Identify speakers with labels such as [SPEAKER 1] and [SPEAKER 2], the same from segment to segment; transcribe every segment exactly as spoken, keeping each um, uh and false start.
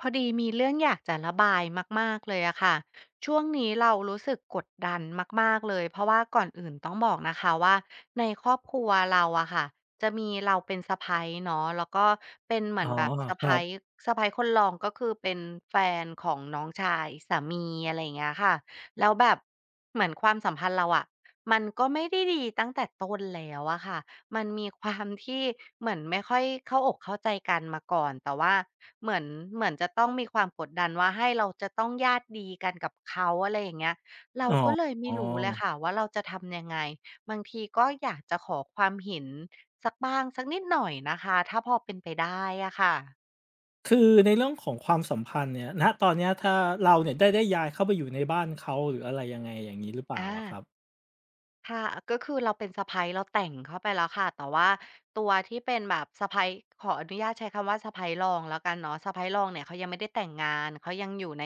[SPEAKER 1] พอดีมีเรื่องอยากจะระบายมากๆเลยอะค่ะช่วงนี้เรารู้สึกกดดันมากๆเลยเพราะว่าก่อนอื่นต้องบอกนะคะว่าในครอบครัวเราอะค่ะจะมีเราเป็นสะใภ้เนาะแล้วก็เป็นเหมื
[SPEAKER 2] อ๋
[SPEAKER 1] อ
[SPEAKER 2] อ
[SPEAKER 1] นแบบสะ
[SPEAKER 2] ครั
[SPEAKER 1] ใภ้
[SPEAKER 2] บ
[SPEAKER 1] สะใภ้คนรองก็คือเป็นแฟนของน้องชายสามีอะไรอย่างเงี้ยค่ะแล้วแบบเหมือนความสัมพันธ์เราอะมันก็ไม่ได้ดีตั้งแต่ต้นแล้วอะค่ะ มันมีความที่เหมือนไม่ค่อยเข้าอกเข้าใจกันมาก่อนแต่ว่าเหมือนเหมือนจะต้องมีความกดดันว่าให้เราจะต้องญาติดีกันกับเขาอะไรอย่างเงี้ยเรา
[SPEAKER 2] อ๋อ
[SPEAKER 1] ก็เลย
[SPEAKER 2] อ๋อ
[SPEAKER 1] ไม่รู้เลยค่ะว่าเราจะทำยังไงบางทีก็อยากจะขอความเห็นสักบ้างสักนิดหน่อยนะคะถ้าพอเป็นไปได้อะค่ะ
[SPEAKER 2] คือในเรื่องของความสัมพันธ์เนี่ยณตอนเนี้ยถ้าเราเนี่ยได้ได้ย้ายเข้าไปอยู่ในบ้านเขาหรืออะไรยังไงอย่างงี้หรือเปล่า
[SPEAKER 1] อา
[SPEAKER 2] อะครับ
[SPEAKER 1] ค่ะก็คือเราเป็นสะใภ้เราแต่งเข้าไปแล้วค่ะแต่ว่าตัวที่เป็นแบบสะใภ้ขออนุญาตใช้คำว่าสะใภ้รองแล้วกันเนาะสะใภ้รองเนี่ยเขายังไม่ได้แต่งงานเขายังอยู่ใน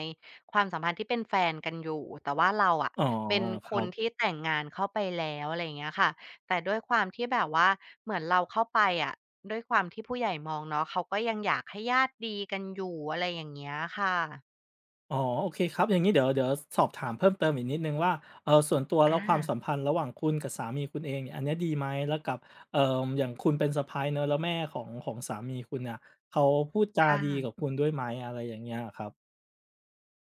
[SPEAKER 1] ความสัมพันธ์ที่เป็นแฟนกันอยู่แต่ว่าเราอะ
[SPEAKER 2] อ๋อ
[SPEAKER 1] เป็น
[SPEAKER 2] ค
[SPEAKER 1] ค
[SPEAKER 2] รั
[SPEAKER 1] น
[SPEAKER 2] บ
[SPEAKER 1] ที่แต่งงานเข้าไปแล้วอะไรอย่างเงี้ยค่ะแต่ด้วยความที่แบบว่าเหมือนเราเข้าไปอะด้วยความที่ผู้ใหญ่มองเนาะเขาก็ยังอยากให้ญาติดีกันอยู่อะไรอย่างเงี้ยค่ะ
[SPEAKER 2] อ๋อโอเคครับอย่างงี้เดี๋ยวเดี๋ยวสอบถามเพิ่มเติมอีกนิดหนึ่งว่าเอ่อส่วนตัว
[SPEAKER 1] อ
[SPEAKER 2] แล้วความสัม
[SPEAKER 1] า
[SPEAKER 2] พันธ์ระหว่างคุณกับสามีคุณเองเนี่ยอันเนี้ยดีไหมแล้วกับเอ่ออย่างคุณเป็นสะใภ้เนาะแล้วแม่ของของสามีคุณเนี่ยเขาพูดจา
[SPEAKER 1] ค
[SPEAKER 2] ดีกับ
[SPEAKER 1] ่ะ
[SPEAKER 2] คุณด้วยไหมอะไรอย่างเงี้ยอะครับ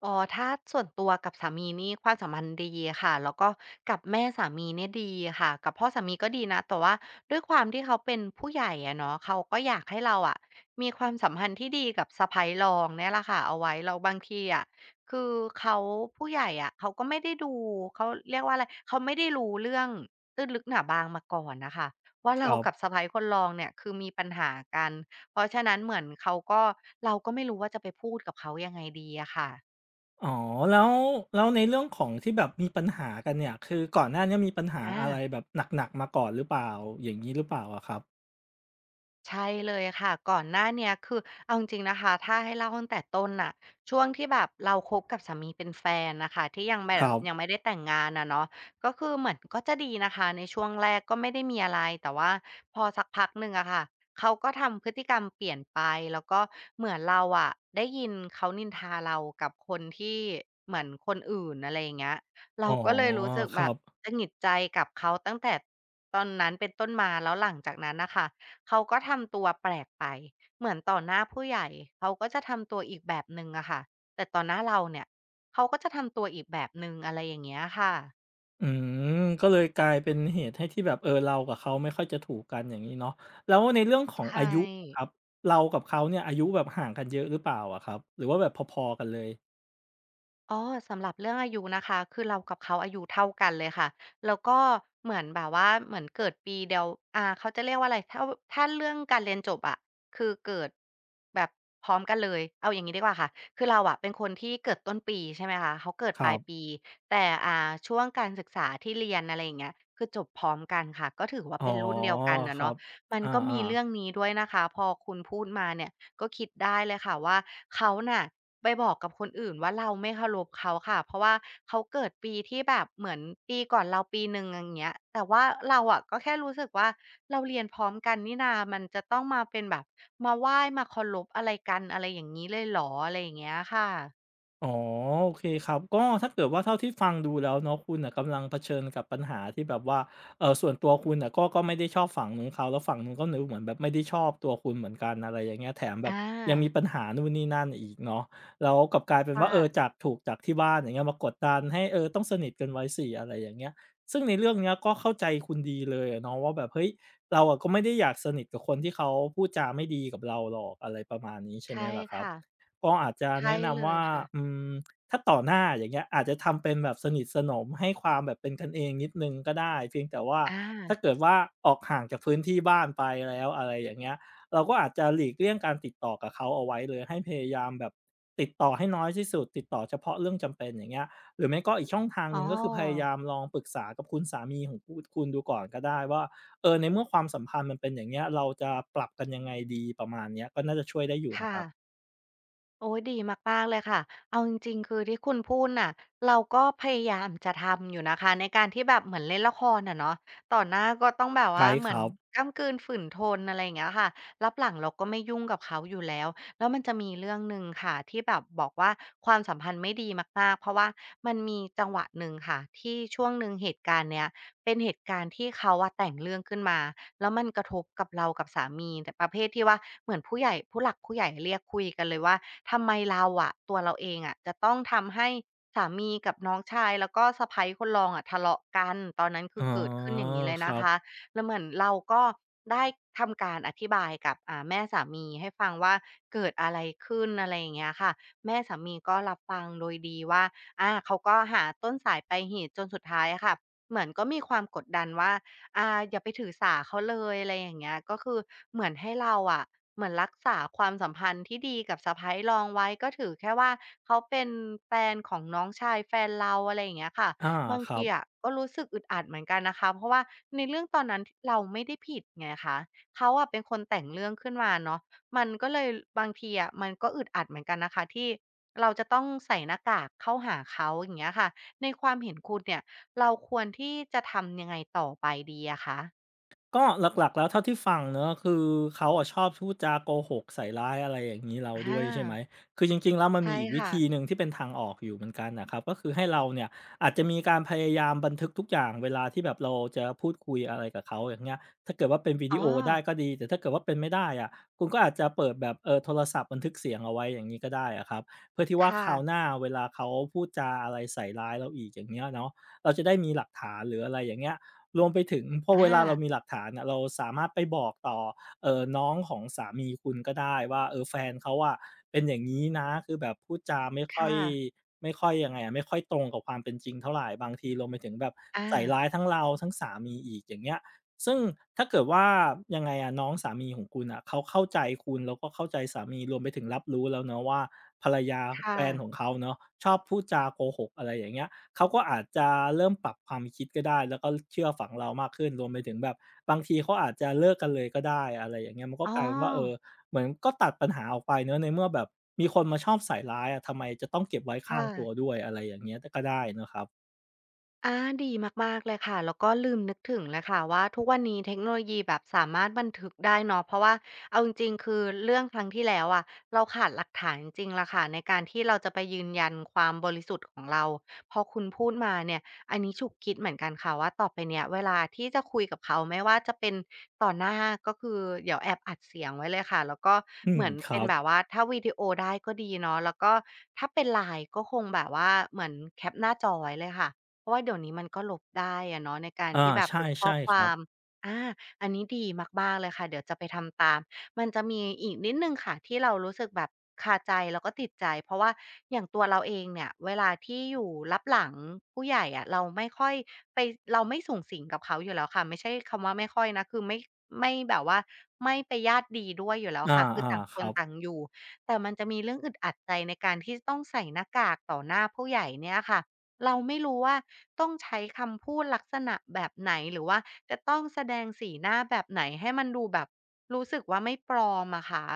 [SPEAKER 1] อ๋อถ้าส่วนตัวกับสามีนี่ความสัมพันธ์ดีค่ะแล้วก็กับแม่สามีเนี่ยดีค่ะกับพ่อสามีก็ดีนะแต่ว่าด้วยความที่เขาเป็นผู้ใหญ่อะเนาะเขาก็อยากให้เราอะมีความสัมพันธ์ที่ดีกับสะใภ้รองเนี่ยแหละค่ะเอาไว้แล้วบางทีอะคือเขาผู้ใหญ่อะเขาก็ไม่ได้ดูเขาเรียกว่าอะไรเขาไม่ได้รู้เรื่องตื้นลึกหนาบางมาก่อนน่ะค่ะว่า
[SPEAKER 2] ค
[SPEAKER 1] เรา
[SPEAKER 2] รั
[SPEAKER 1] กับ
[SPEAKER 2] บ
[SPEAKER 1] สะใภ้คนรองเนี่ยคือมีปัญหากันเพราะฉะนั้นเหมือนเขาก็เราก็ไม่รู้ว่าจะไปพูดกับเขายังไงดีอะค่ะ
[SPEAKER 2] อ๋อแล้วแล้วในเรื่องของที่แบบมีปัญหากันเนี่ยคือก่อนหน้าเนี้ยมีปัญหาอะไร
[SPEAKER 1] อา
[SPEAKER 2] แบบหนักๆมาก่อนหรือเปล่าอย่างงี้หรือเปล่าอะครับ
[SPEAKER 1] ใช่เลยค่ะก่อนหน้าเนี้ยคือเอาจริงๆนะคะถ้าให้เล่าตั้งแต่ต้นน่ะช่วงที่แบบเราคบกับสามีเป็นแฟนน่ะค่ะที่ยังไม่
[SPEAKER 2] ค
[SPEAKER 1] แบบ
[SPEAKER 2] รั
[SPEAKER 1] ยัง
[SPEAKER 2] บ
[SPEAKER 1] ไม่ได้แต่งงานอะเนาะก็คือเหมือนก็จะดีนะคะในช่วงแรกก็ไม่ได้มีอะไรแต่ว่าพอสักพักหนึ่งอะค่ะเขาก็ทำพฤติกรรมเปลี่ยนไปแล้วก็เหมือนเราอะได้ยินเขานินทาเรากับคนที่เหมือนคนอื่นอะไรอย่างเงี้ย
[SPEAKER 2] อ๋
[SPEAKER 1] เรา
[SPEAKER 2] อ
[SPEAKER 1] ก็เลยรู้สึก
[SPEAKER 2] ค
[SPEAKER 1] แบ
[SPEAKER 2] รั
[SPEAKER 1] บ
[SPEAKER 2] บ
[SPEAKER 1] หงุดหงิดใจกับเขาตั้งแต่ตอนนั้นเป็นต้นมาแล้วหลังจากนั้นน่ะค่ะ เขาก็ทำตัวแปลกไป เหมือนต่อหน้าผู้ใหญ่เขาก็จะทำตัวอีกแบบหนึ่งอะค่ะแต่ต่อหน้าเราเนี่ยเขาก็จะทำตัวอีกแบบหนึ่งอะไรอย่างเงี้ยค่ะ
[SPEAKER 2] อืมก็เลยกลายเป็นเหตุให้ที่แบบเออเรากับเขาไม่ค่อยจะถูกกันอย่างงี้เนาะแล้วในเรื่องของอา
[SPEAKER 1] ใช่
[SPEAKER 2] ยุอะครับเรากับเขาเนี่ยอายุแบบห่างกันเยอะหรือเปล่าอะครับหรือว่าแบบพอๆกันเลย
[SPEAKER 1] อ๋อสำหรับเรื่องอายุนะคะคือเรากับเขาอายุเท่ากันเลยค่ะแล้วก็เหมือนแบบว่าเหมือนเกิดปีเดียวอ่าเขาจะเรียกว่าอะไรถ้าถ้าเรื่องการเรียนจบอะคือเกิดแบบพร้อมกันเลยเอาอย่างนี้ดีกว่าค่ะคือเราอะเป็นคนที่เกิดต้นปีใช่ไหมคะเขาเกิด
[SPEAKER 2] ค
[SPEAKER 1] ป
[SPEAKER 2] รั
[SPEAKER 1] ลายปี
[SPEAKER 2] บ
[SPEAKER 1] แต่อ่าช่วงการศึกษาที่เรียนอะไรอย่างเงี้ยคือจบพร้อมกันค่ะก็ถือว่า
[SPEAKER 2] อ๋อ
[SPEAKER 1] เป็นรุ่นเดียวกัน
[SPEAKER 2] ค
[SPEAKER 1] อะ
[SPEAKER 2] รั
[SPEAKER 1] เนาะ
[SPEAKER 2] บ
[SPEAKER 1] มัน
[SPEAKER 2] อา
[SPEAKER 1] ก็มีเรื่อง
[SPEAKER 2] ๆ
[SPEAKER 1] นี้ด้วยนะคะพอคุณพูดมาเนี่ย ก็คิดได้เลยค่ะว่าเขาน่ะไปบอกกับคนอื่นว่าเราไม่เคารพเขาค่ะเพราะว่าเขาเกิดปีที่แบบเหมือนปีก่อนเราปีหนึ่งอย่างเงี้ยแต่ว่าเราอะก็แค่รู้สึกว่าเราเรียนพร้อมกันนี่นามันจะต้องมาเป็นแบบมาไหว้มาเคารพอะไรกันอะไรอย่างงี้เลยเหรออะไรอย่างเงี้ยค่ะ
[SPEAKER 2] อ๋อโอเคครับก็ถ้าเกิดว่าเท่าที่ฟังดูแล้วเนาะคุณน่ะกำลังเผชิญกับปัญหาที่แบบว่าเอ่อส่วนตัวคุณน่ะก็ก็ไม่ได้ชอบฝั่งนู้นเขาแล้วฝั่งนู้นก็เหมือนแบบไม่ได้ชอบตัวคุณเหมือนกันอะไรอย่างเงี้ยแถมแบ
[SPEAKER 1] อ
[SPEAKER 2] บยังมี
[SPEAKER 1] า
[SPEAKER 2] ปัญหานู่นนี่นั่นอีกเนาะแล้วกลับกลายเป็
[SPEAKER 1] ค
[SPEAKER 2] นว่าเออ
[SPEAKER 1] ่ะ
[SPEAKER 2] จากถูกจากที่บ้านอย่างเงี้ยมากดดันให้เออต้องสนิทกันไว้สิอะไรอย่างเงี้ยซึ่งในเรื่องเนี้ยก็เข้าใจคุณดีเลยอะเนาะว่าแบบเฮ้ยเราอะก็ไม่ได้อยากสนิทกับคนที่เขาพูดจาไม่ดีกับเราหรอกอะไรประมาณนี้ใช่ไหม
[SPEAKER 1] ใช่
[SPEAKER 2] ล่ะครั
[SPEAKER 1] ค่ะ
[SPEAKER 2] บ ก็อาจจะ
[SPEAKER 1] ใช่
[SPEAKER 2] แนะ
[SPEAKER 1] เล
[SPEAKER 2] นำ
[SPEAKER 1] ย
[SPEAKER 2] ว่า
[SPEAKER 1] ค่ะ
[SPEAKER 2] อืมถ้าต่อหน้าอย่างเงี้ยอาจจะทำเป็นแบบสนิทสนมให้ความแบบเป็นกันเองนิดหนึ่งก็ได้เพียงแต่ว่าถ้า
[SPEAKER 1] อา
[SPEAKER 2] เกิดว่าออกห่างจากพื้นที่บ้านไปแล้วอะไรอย่างเงี้ยเราก็อาจจะหลีกเลี่ยงการติดต่อกับเขาเอาไว้เลยให้พยายามแบบติดต่อให้น้อยที่สุดติดต่อเฉพาะเรื่องจำเป็นอย่างเงี้ยหรือไม่ก็อีกช่องทางห
[SPEAKER 1] อ๋
[SPEAKER 2] นึ่งก็คือพยา
[SPEAKER 1] อ
[SPEAKER 2] ยามลองปรึกษากับคุณสามีของคุณคุณดูก่อนก็ได้ว่าเออในเมื่อความสัมพันธ์มันเป็นอย่างเงี้ยเราจะปรับกันยังไงดีประมาณเนี้ยก็น่าจะช่วยได้อยู่นะค
[SPEAKER 1] ค่ะ
[SPEAKER 2] รับ
[SPEAKER 1] โอ้ยดีมากๆเลยค่ะเอาจริงๆคือที่คุณพูดน่ะเราก็พยายามจะทำอยู่นะคะในการที่แบบเหมือนเล่นละครน่ะเนาะต่อหน้าก็ต้องแบบ
[SPEAKER 2] ใช่
[SPEAKER 1] ว่าเห
[SPEAKER 2] ค
[SPEAKER 1] มือน
[SPEAKER 2] รับ
[SPEAKER 1] ก้ำกลืนฝืนทนอะไรอย่างเงี้ยค่ะรับหลังเราก็ไม่ยุ่งกับเขาอยู่แล้วแล้วมันจะมีเรื่องหนึ่งค่ะที่แบบบอกว่าความสัมพันธ์ไม่ดีมากๆเพราะว่ามันมีจังหวะหนึ่งค่ะที่ช่วงหนึ่งเหตุการณ์เนี้ยเป็นเหตุการณ์ที่เขาว่าแต่งเรื่องขึ้นมา แล้วมันกระทบกับเรากับสามีแต่ประเภทที่ว่าเหมือนผู้ใหญ่ผู้หลักผู้ใหญ่เรียกคุยกันเลยว่าทำไมเราอะตัวเราเองอะจะต้องทำให้สามีกับน้องชายแล้วก็สะใภ้คนรองอะทะเลาะกันตอนนั้นคื
[SPEAKER 2] อ๋อ
[SPEAKER 1] อเกิดขึ้นอย่างงี้เลย
[SPEAKER 2] ครั
[SPEAKER 1] นะคะ
[SPEAKER 2] บ
[SPEAKER 1] แล้วเหมือนเราก็ได้ทำการอธิบายกับอ่าแม่สามีให้ฟังว่าเกิดอะไรขึ้นอะไรอย่างเงี้ยค่ะแม่สามีก็รับฟังโดยดีว่าอาเขาก็หาต้นสายปลายเหตุจนสุดท้ายอะค่ะเหมือนก็มีความกดดันว่า อาอย่าไปถือสาเขาเลยอะไรอย่างเงี้ยก็คือเหมือนให้เราอะเหมือนรักษาความสัมพันธ์ที่ดีกับสะใภ้รองไว้ก็ถือแค่ว่าเขาเป็นแฟนของน้องชายแฟนเราอะไรอย่างเงี้ยค่ะ
[SPEAKER 2] อา
[SPEAKER 1] บาง
[SPEAKER 2] ครั
[SPEAKER 1] ที
[SPEAKER 2] บ
[SPEAKER 1] อะก็รู้สึกอึดอัดเหมือนกันนะคะเพราะว่าในเรื่องตอนนั้นทเราไม่ได้ผิดไงคะเขาอะเป็นคนแต่งเรื่องขึ้นมาเนาะมันก็เลยบางทีอะมันก็อึดอัดเหมือนกันนะคะที่เราจะต้องใส่หน้ากากเข้าหาเขาอย่างเงี้ยค่ะ ในความเห็นคุณเนี่ยเราควรที่จะทำยังไงต่อไปดีอะคะ
[SPEAKER 2] ก็หลักๆแล้วเท่าที่ฟังเนอะคือเขาอะชอบพูดจาโกหกใส่ร้ายอะไรอย่างงี้เรา
[SPEAKER 1] อ
[SPEAKER 2] ด้วยใช่ไหม
[SPEAKER 1] า
[SPEAKER 2] คือจริงๆแล้วมันมี
[SPEAKER 1] ใช่
[SPEAKER 2] อีกวิ
[SPEAKER 1] ค่ะ
[SPEAKER 2] ธีหนึ่งที่เป็นทางออกอยู่เหมือนกันน่ะครับก็คือให้เราเนี่ยอาจจะมีการพยายามบันทึกทุกอย่างเวลาที่แบบเราจะพูดคุยอะไรกับเขาอย่างเงี้ยถ้าเกิดว่าเป็นวิ
[SPEAKER 1] อ๋
[SPEAKER 2] ดี
[SPEAKER 1] อ
[SPEAKER 2] โอได้ก็ดีแต่ถ้าเกิดว่าเป็นไม่ได้อะคุณก็อาจจะเปิดแบบเอ่อโทรศัพท์บันทึกเสียงเอาไว้อย่างงี้ก็ได้อะครับเพื่อที่
[SPEAKER 1] ค
[SPEAKER 2] ว่าคราวห
[SPEAKER 1] ่ะ
[SPEAKER 2] น้าเวลาเขาพูดจาอะไรใส่ร้ายเราอีกอย่างเงี้ยเนาะเราจะได้มีหลักฐานหรืออะไรอย่างเงี้ย รวมไปถึงพอเวลาเรา
[SPEAKER 1] อา
[SPEAKER 2] มีหลักฐานอะเราสามารถไปบอกต่อเอ่อน้องของสามีคุณก็ได้ว่าเออแฟนเขาอะเป็นอย่างงี้นะคือแบบพูดจาไม่ค่อย
[SPEAKER 1] ค่ะ
[SPEAKER 2] ไม่ค่อยยังไงอะไม่ค่อยตรงกับความเป็นจริงเท่าไรบางทีรวมไปถึงแบบ
[SPEAKER 1] อา
[SPEAKER 2] ใส่ร้ายทั้งเราทั้งสามีอีกอย่างเงี้ยซึ่งถ้าเกิดว่ายังไงอะน้องสามีของคุณน่ะเขาเข้าใจคุณแล้วก็เข้าใจสามีรวมไปถึงรับรู้แล้วเนาะว่าภรรยาแฟ
[SPEAKER 1] ค่ะ
[SPEAKER 2] นของเขาเนาะชอบพูดจาโกหกอะไรอย่างเงี้ย เขาก็อาจจะเริ่มปรับความคิดก็ได้แล้วก็เชื่อฝังเรามากขึ้นรวมไปถึงแบบบางทีเขาอาจจะเลิกกันเลยก็ได้อะไรอย่างเงี้ยมันก็
[SPEAKER 1] อ๋อ
[SPEAKER 2] กลายเป็นว่าเออเหมือนก็ตัดปัญหาออกไปเนาะในเมื่อแบบมีคนมาชอบใส่ร้ายอะทำไมจะต้องเก็บไว้ข้าง
[SPEAKER 1] ค่ะ
[SPEAKER 2] ตัวด้วยอะไรอย่างเงี้ยก็ได้เนาะครับ
[SPEAKER 1] อาดีมากๆเลยค่ะแล้วก็ลืมนึกถึงเลยค่ะว่าทุกวันนี้เทคโนโลยีแบบสามารถบันทึกได้เนาะเพราะว่าเอาจริงๆคือเรื่องครั้งที่แล้วอะเราขาดหลักฐานจริงๆล่ะค่ะในการที่เราจะไปยืนยันความบริสุทธิ์ของเราพอคุณพูดมาเนี่ยอันนี้ฉุกคิดเหมือนกันค่ะว่าต่อไปเนี้ยเวลาที่จะคุยกับเขาไม่ว่าจะเป็นต่อหน้าก็คือเดี๋ยวแอบอัดเสียงไว้เลยค่ะแล้วก็
[SPEAKER 2] อื
[SPEAKER 1] เห
[SPEAKER 2] ม
[SPEAKER 1] มือน
[SPEAKER 2] ครั
[SPEAKER 1] เป็น
[SPEAKER 2] บ
[SPEAKER 1] แบบว่าถ้าวิดีโอได้ก็ดีเนาะแล้วก็ถ้าเป็น ไลน์ ก็คงแบบว่าเหมือนแคปหน้าจอไว้เลยค่ะ เพราะว่าเดี๋ยวนี้มันก็ลบได้อะเนาะในการ
[SPEAKER 2] อา
[SPEAKER 1] ที่แบบ
[SPEAKER 2] ใช
[SPEAKER 1] ลบข้อ
[SPEAKER 2] ่
[SPEAKER 1] ค
[SPEAKER 2] ๆครั
[SPEAKER 1] วา
[SPEAKER 2] บ
[SPEAKER 1] มอาอันนี้ดีมากๆเลยค่ะเดี๋ยวจะไปทำตามมันจะมีอีกนิดหนึ่งค่ะที่เรารู้สึกแบบคาใจแล้วก็ติดใจเพราะว่าอย่างตัวเราเองเนี่ยเวลาที่อยู่ลับหลังผู้ใหญ่อะเราไม่ค่อยไปเราไม่สุงสิงกับเขาอยู่แล้วค่ะไม่ใช่คำว่าไม่ค่อยนะคือไม่ไม่แบบว่าไม่ไปญาติดีด้วยอยู่แล้วค่ะคือ
[SPEAKER 2] อา
[SPEAKER 1] ต่าง
[SPEAKER 2] ๆ
[SPEAKER 1] ค
[SPEAKER 2] ค
[SPEAKER 1] น
[SPEAKER 2] รั
[SPEAKER 1] ต่าง
[SPEAKER 2] บ
[SPEAKER 1] อยู่แต่มันจะมีเรื่องอึดอัดใจในการที่จะต้องใส่หน้ากากต่อหน้าผู้ใหญ่เนี่ยค่ะ เราไม่รู้ว่าต้องใช้คำพูดลักษณะแบบไหนหรือว่าจะต้องแสดงสีหน้าแบบไหนให้มันดูแบบรู้สึกว่าไม่ปลอมอะคะ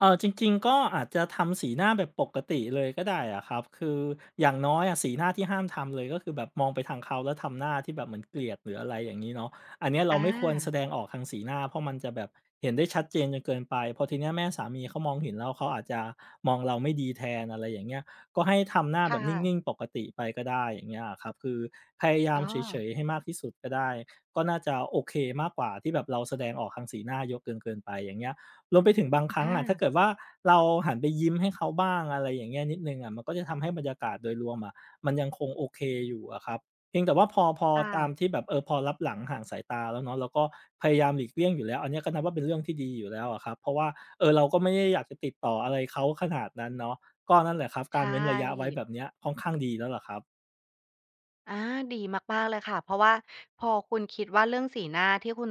[SPEAKER 2] เออจริงๆก็อาจจะทำสีหน้าแบบปกติเลยก็ได้อะครับคืออย่างน้อยอะสีหน้าที่ห้ามทำเลยก็คือแบบมองไปทางเขาแล้วทำหน้าที่แบบเหมือนเกลียดหรืออะไรอย่างนี้เนาะอันเนี้ยเรา
[SPEAKER 1] อา
[SPEAKER 2] ไม่ควรแสดงออกทางสีหน้าเพราะมันจะแบบเห็นได้ชัดเจนจนเกินไปพอทีเนี้ยแม่สามีเขามองเห็นแล้วเขาอาจจะมองเราไม่ดีแทนอะไรอย่างเงี้ยก็ให้ทำหน้าแบบน
[SPEAKER 1] ค่ะ
[SPEAKER 2] ิ่งๆปกติไปก็ได้อย่างเงี้ยครับคือพยายาม
[SPEAKER 1] อ๋อ
[SPEAKER 2] เฉยๆให้มากที่สุดก็ได้ก็น่าจะโอเคมากกว่าที่แบบเราแสดงออกทางสีหน้าเยอะเกินเกินไปอย่างเงี้ย รวมไปถึงบางครั้ง
[SPEAKER 1] อา
[SPEAKER 2] อะถ้าเกิดว่าเราหันไปยิ้มให้เขาบ้างอะไรอย่างเงี้ยนิดหนึ่งอะมันก็จะทำให้บรรยากาศโดยรวมอะมันยังคงโอเคอยู่อะครับเพียงแต่ว่าพอพอตาม
[SPEAKER 1] ค่ะ
[SPEAKER 2] ที่แบบเออพอลับหลังห่างสายตาแล้วเนาะเราก็พยายามหลีกเลี่ยงอยู่แล้วอันเนี้ยก็นับว่าเป็นเรื่องที่ดีอยู่แล้วอะครับเพราะว่าเออเราก็ไม่ได้อยากจะติดต่ออะไรเขาขนาดนั้นเนาะก็นั่นแหละครับการ
[SPEAKER 1] ใช่
[SPEAKER 2] เว้นระยะไว้แบบเนี้ยค่อนข้างดีแล้วล่ะครับ
[SPEAKER 1] อาดีมากๆเลยค่ะเพราะว่าพอคุณคิดว่าเรื่องสีหน้าที่คุณ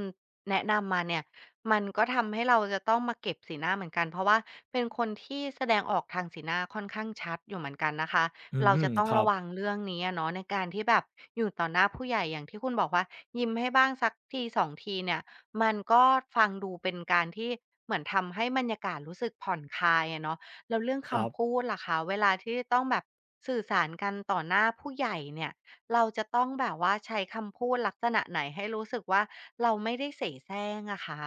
[SPEAKER 1] แนะนำมาเนี่ยมันก็ทำให้เราจะต้องมาเก็บสีหน้าเหมือนกันเพราะว่าเป็นคนที่แสดงออกทางสีหน้าค่อนข้างชัดอยู่เหมือนกันนะคะ
[SPEAKER 2] อื
[SPEAKER 1] เราจะ
[SPEAKER 2] ม
[SPEAKER 1] ต้อ
[SPEAKER 2] ค
[SPEAKER 1] ง
[SPEAKER 2] รั
[SPEAKER 1] ระ
[SPEAKER 2] บ
[SPEAKER 1] วังเรื่องนี้อะเนาะในการที่แบบอยู่ต่อหน้าผู้ใหญ่อย่างที่คุณบอกว่ายิ้มให้บ้างสักทีสองทีเนี่ยมันก็ฟังดูเป็นการที่เหมือนทำให้บรรยากาศรู้สึกผ่อนคลายอะเนาะแล้วเรื่อง
[SPEAKER 2] ครับ
[SPEAKER 1] คำพูดล่ะคะเวลาที่ต้องแบบสื่อสารกันต่อหน้าผู้ใหญ่เนี่ย เราจะต้องแบบว่าใช้คำพูดลักษณะไหนให้รู้สึกว่าเราไม่ได้เสแสร้งอะคะ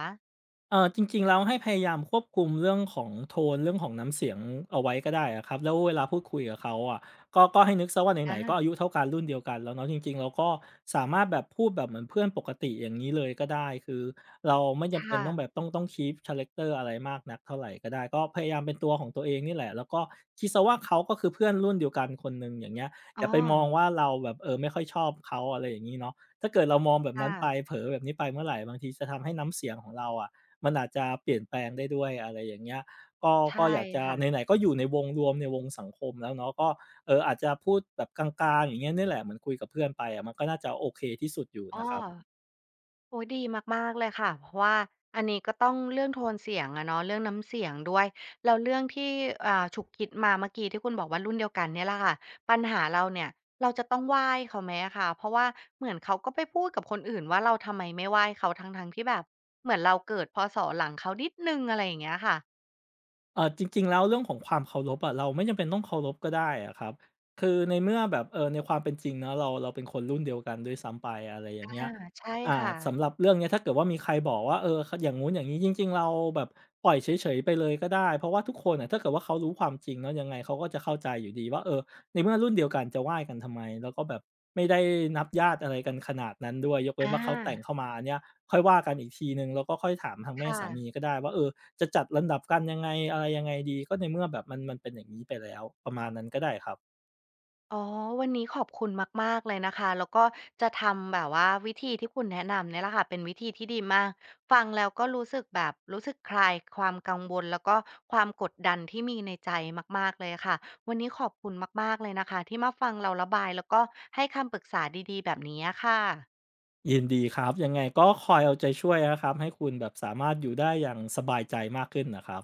[SPEAKER 2] เอ่อจริงๆแล้วให้พยายามควบคุมเรื่องของโทนเรื่องของน้ำเสียงเอาไว้ก็ได้อะครับแล้วเวลาพูดคุยกับเขาอะก็ก็ให้นึกเสียว่าไหน
[SPEAKER 1] อา
[SPEAKER 2] ๆก็อายุเท่ากันรุ่นเดียวกันแล้วเนาะจริงๆเราก็สามารถแบบพูดแบบเหมือนเพื่อนปกติอย่างนี้เลยก็ได้คือเราไม่จำเป็น
[SPEAKER 1] ค่ะ
[SPEAKER 2] ต้องแบบต้องต้องคีปคาแรกเตอร์อะไรมากนักเท่าไรก็ได้ก็พยายามเป็นตัวของตัวเองนี่แหละแล้วก็คิดเสียว่าเขาก็คือเพื่อนรุ่นเดียวกันคนหนึ่งอย่างเงี้ยอ
[SPEAKER 1] อ้อ
[SPEAKER 2] ย่าไปมองว่าเราแบบเออไม่ค่อยชอบเขาอะไรอย่างงี้เนาะถ้าเกิดเรามองแบบนั้
[SPEAKER 1] ค่ะ
[SPEAKER 2] นไปเผลอแบบนี้ไปเมื่อไรบางทีจะทำให้น้ำเสียงของเราอะ มันอาจจะเปลี่ยนแปลงได้ด้วยอะไรอย่างเงี้ยก็
[SPEAKER 1] ใช่
[SPEAKER 2] ก็อยากจะ
[SPEAKER 1] ค่ะ
[SPEAKER 2] ไหนๆก็อยู่ในวงรวมในวงสังคมแล้วเนาะก็เอ่ออาจจะพูดแบบกลางๆอย่างเงี้ยเนี่ยแหละเหมือนคุยกับเพื่อนไปอะมันก็น่าจะโอเคที่สุดอยู่
[SPEAKER 1] อ้อ
[SPEAKER 2] นะครับ
[SPEAKER 1] โอ้โฮดีมากๆเลยค่ะเพราะว่าอันนี้ก็ต้องเรื่องโทนเสียงอะเนาะเรื่องน้ำเสียงด้วยแล้วเรื่องที่อ่าฉุกคิดมาเมื่อกี้ที่คุณบอกว่ารุ่นเดียวกันเนี่ยแหละค่ะปัญหาเราเนี่ยเราจะต้องไหว้เขาไหมอะคะเพราะว่าเหมือนเขาก็ไปพูดกับคนอื่นว่าเราทำไมไม่ไหว้เขาทั้งๆที่แบบเหมือนเราเกิดพศหลังเขานิดหนึ่งอะไรอย่างเงี้ยค่ะ
[SPEAKER 2] เอ่อจริงๆแล้วเรื่องของความเคารพอะเราไม่จำเป็นต้องเคารพก็ได้อะครับคือในเมื่อแบบเออในความเป็นจริงเนาะเราเราเป็นคนรุ่นเดียวกันด้วยซ้ำไปอะไรอย่า
[SPEAKER 1] อา
[SPEAKER 2] งเงี้ย
[SPEAKER 1] ใช่
[SPEAKER 2] อ่า
[SPEAKER 1] ค่ะ
[SPEAKER 2] สำหรับเรื่องเนี้ยถ้าเกิดว่ามีใครบอกว่าเอออย่างงู้นอย่างนี้จริงๆเราแบบปล่อยเฉยๆไปเลยก็ได้เพราะว่าทุกคนอ่ะถ้าเกิดว่าเขารู้ความจริงเนาะยังไงเขาก็จะเข้าใจอยู่ดีว่าเออในเมื่อรุ่นเดียวกันจะไหว้กันทำไมแล้วก็แบบไม่ได้นับญาติอะไรกันขนาดนั้นด้วยยกเว้น
[SPEAKER 1] อา
[SPEAKER 2] ว่าเขาแต่งเข้ามาเนี้ยค่อยว่ากันอีกทีหนึ่งแล้วก็ค่อยถามทางแม่
[SPEAKER 1] ค่ะ
[SPEAKER 2] สามีก็ได้ว่าเออ จะจัดลำดับกันยังไงอะไรยังไงดีก็ในเมื่อแบบมันมันเป็นอย่างนี้ไปแล้วประมาณนั้นก็ได้ครับ
[SPEAKER 1] อ๋อวันนี้ขอบคุณมากๆเลยนะคะแล้วก็จะทำแบบว่าวิธีที่คุณแนะนำเนี่ยแหละค่ะเป็นวิธีที่ดีมากฟังแล้วก็รู้สึกแบบรู้สึกคลายความกังวลแล้วก็ความกดดันที่มีในใจมากๆเลยค่ะวันนี้ขอบคุณมากๆเลยนะคะที่มาฟังเราระบายแล้วก็ให้คำปรึกษาดีๆแบบนี้อะค่ะ
[SPEAKER 2] ยินดีครับยังไงก็คอยเอาใจช่วยนะครับให้คุณแบบสามารถอยู่ได้อย่างสบายใจมากขึ้นนะครับ